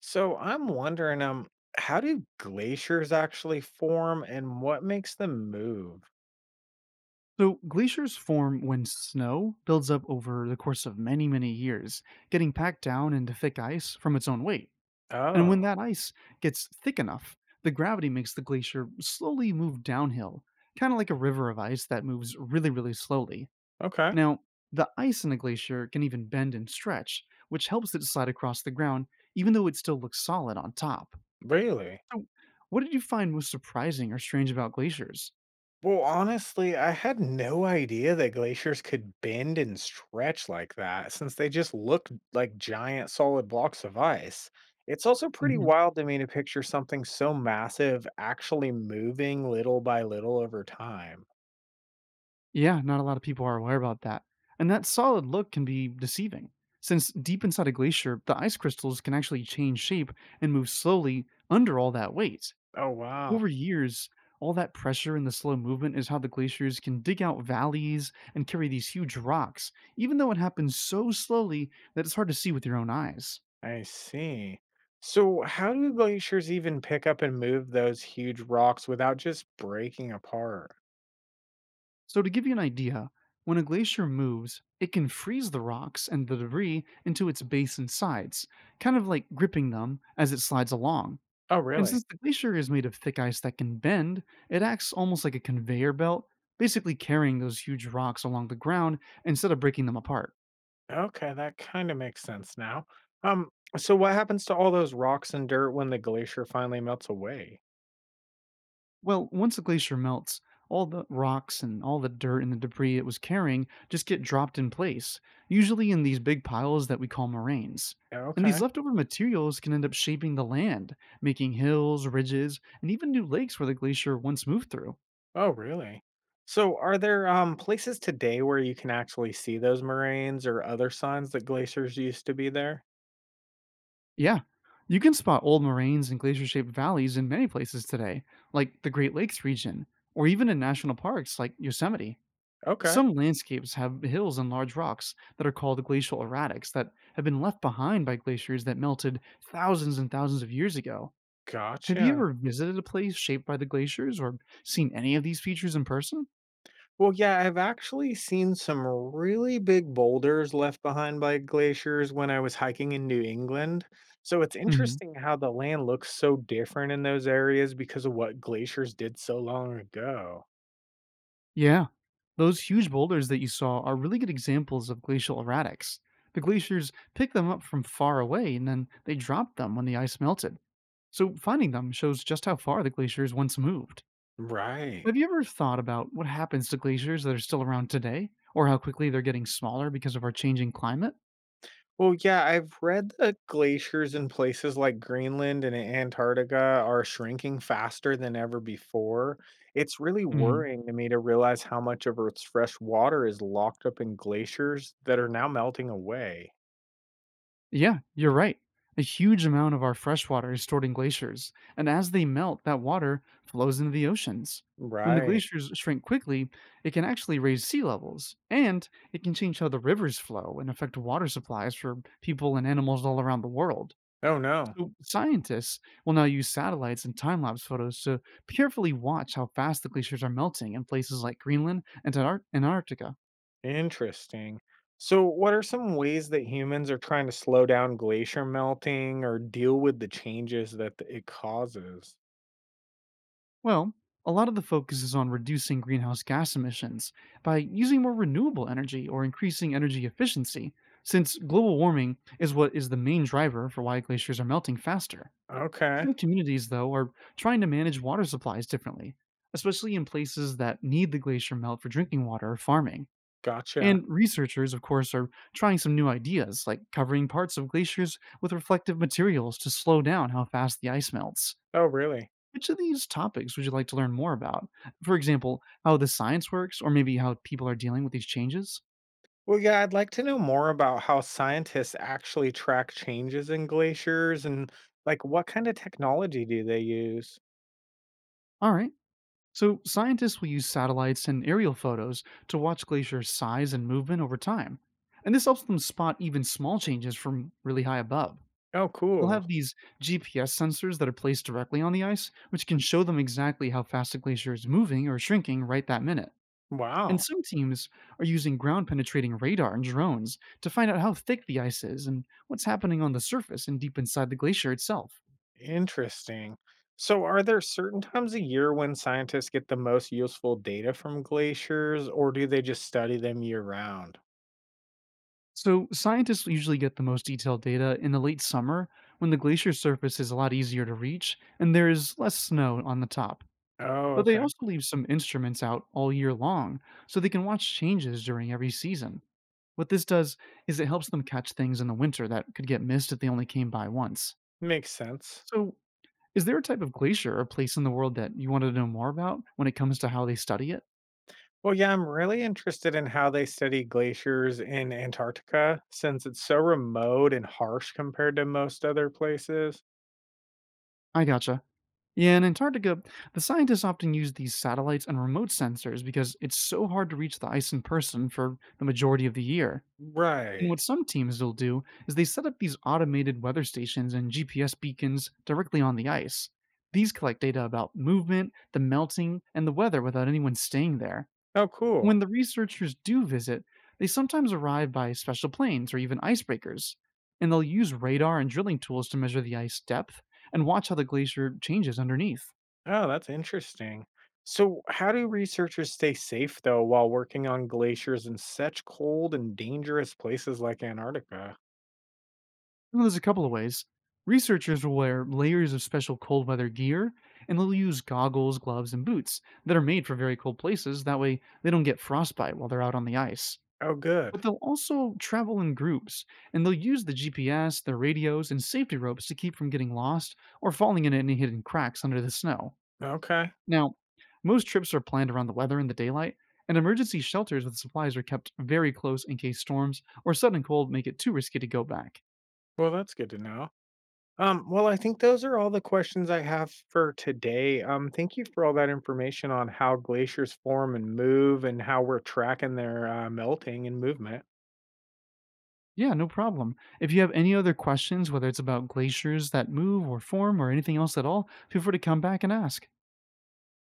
So I'm wondering, um, how do glaciers actually form and what makes them move? So, glaciers form when snow builds up over the course of many, many years, getting packed down into thick ice from its own weight. And when Oh, that ice gets thick enough, the gravity makes the glacier slowly move downhill, kind of like a river of ice that moves really, really slowly. okay. Now, the ice in a glacier can even bend and stretch, which helps it slide across the ground, even though it still looks solid on top. Really? So, what did you find most surprising or strange about glaciers? Well, honestly, I had no idea that glaciers could bend and stretch like that since they just look like giant solid blocks of ice. It's also pretty Mm-hmm. wild to me to picture something so massive actually moving little by little over time. Yeah, not a lot of people are aware about that. And that solid look can be deceiving, since deep inside a glacier, the ice crystals can actually change shape and move slowly under all that weight. Oh, wow. Over years, all that pressure and the slow movement is how the glaciers can dig out valleys and carry these huge rocks, even though it happens so slowly that it's hard to see with your own eyes. I see. So, how do glaciers even pick up and move those huge rocks without just breaking apart? So, to give you an idea, when a glacier moves, it can freeze the rocks and the debris into its base and sides, kind of like gripping them as it slides along. Oh, And really? since the glacier is made of thick ice that can bend, it acts almost like a conveyor belt, basically carrying those huge rocks along the ground instead of breaking them apart. Okay, that kind of makes sense now. Um, so what happens to all those rocks and dirt when the glacier finally melts away? Well, once the glacier melts, all the rocks and all the dirt and the debris it was carrying just get dropped in place, usually in these big piles that we call moraines. And these Okay. leftover materials can end up shaping the land, making hills, ridges, and even new lakes where the glacier once moved through. Oh, really? So, are there places today where you can actually see those moraines or other signs that glaciers used to be there? Yeah. You can spot old moraines and glacier shaped valleys in many places today, like the Great Lakes region, or even in national parks like Yosemite. Okay. Some landscapes have hills and large rocks that are called glacial erratics that have been left behind by glaciers that melted thousands and thousands of years ago. Have you Gotcha. ever visited a place shaped by the glaciers or seen any of these features in person? Well, yeah, I've actually seen some really big boulders left behind by glaciers when I was hiking in New England. So it's Mhm. interesting how the land looks so different in those areas because of what glaciers did so long ago. Yeah. Those huge boulders that you saw are really good examples of glacial erratics. The glaciers picked them up from far away and then they dropped them when the ice melted. So finding them shows just how far the glaciers once moved. Right. Have you ever thought about what happens to glaciers that are still around today or how quickly they're getting smaller because of our changing climate? Well, yeah, I've read that glaciers in places like Greenland and Antarctica are shrinking faster than ever before. It's really worrying to me to realize how much of Earth's fresh water is locked up in glaciers that are now melting away. Yeah, you're right. A huge amount of our fresh water is stored in glaciers, and as they melt, that water flows into the oceans. When the Right. glaciers shrink quickly, it can actually raise sea levels, and it can change how the rivers flow and affect water supplies for people and animals all around the world. Oh, no. So, scientists will now use satellites and time lapse photos to carefully watch how fast the glaciers are melting in places like Greenland and Antarctica. Interesting. So, what are some ways that humans are trying to slow down glacier melting or deal with the changes that it causes? Well, a lot of the focus is on reducing greenhouse gas emissions by using more renewable energy or increasing energy efficiency, since global warming is what is the main driver for why glaciers are melting faster. Okay. Some communities, though, are trying to manage water supplies differently, especially in places that need the glacier melt for drinking water or farming. Gotcha. And researchers, of course, are trying some new ideas, like covering parts of glaciers with reflective materials to slow down how fast the ice melts. Oh, really? Which of these topics would you like to learn more about? For example, how the science works, or maybe how people are dealing with these changes? Well, yeah, I'd like to know more about how scientists actually track changes in glaciers and like what kind of technology do they use? All right. So, scientists will use satellites and aerial photos to watch glaciers' size and movement over time. And this helps them spot even small changes from really high above. Oh, They'll cool. have these GPS sensors that are placed directly on the ice, which can show them exactly how fast a glacier is moving or shrinking right that minute. And Wow. some teams are using ground penetrating radar and drones to find out how thick the ice is and what's happening on the surface and deep inside the glacier itself. Interesting. So, are there certain times a year when scientists get the most useful data from glaciers, or do they just study them year round? So, scientists usually get the most detailed data in the late summer when the glacier surface is a lot easier to reach and there is less snow on the top. Oh, But they okay. also leave some instruments out all year long so they can watch changes during every season. What this does is it helps them catch things in the winter that could get missed if they only came by once. Makes sense. So, is there a type of glacier or place in the world that you want to know more about when it comes to how they study it? Well, yeah, I'm really interested in how they study glaciers in Antarctica since it's so remote and harsh compared to most other places. I gotcha. Yeah, in Antarctica, the scientists often use these satellites and remote sensors because it's so hard to reach the ice in person for the majority of the year. And Right. what some teams will do is they set up these automated weather stations and GPS beacons directly on the ice. These collect data about movement, the melting, and the weather without anyone staying there. Oh, cool. When the researchers do visit, they sometimes arrive by special planes or even icebreakers. And they'll use radar and drilling tools to measure the ice depth and watch how the glacier changes underneath. Oh, that's interesting. So, how do researchers stay safe though while working on glaciers in such cold and dangerous places like Antarctica? Well, there's a couple of ways. Researchers will wear layers of special cold weather gear, and they'll use goggles, gloves, and boots that are made for very cold places. That way, they don't get frostbite while they're out on the ice. Oh, But good. they'll also travel in groups, and they'll use the GPS, their radios, and safety ropes to keep from getting lost or falling into any hidden cracks under the snow. Okay. Now, most trips are planned around the weather and the daylight, and emergency shelters with supplies are kept very close in case storms or sudden cold make it too risky to go back. Well, that's good to know. Well, I think those are all the questions I have for today. Thank you for all that information on how glaciers form and move and how we're tracking their melting and movement. Yeah, no problem. If you have any other questions, whether it's about glaciers that move or form or anything else at all, feel free to come back and ask.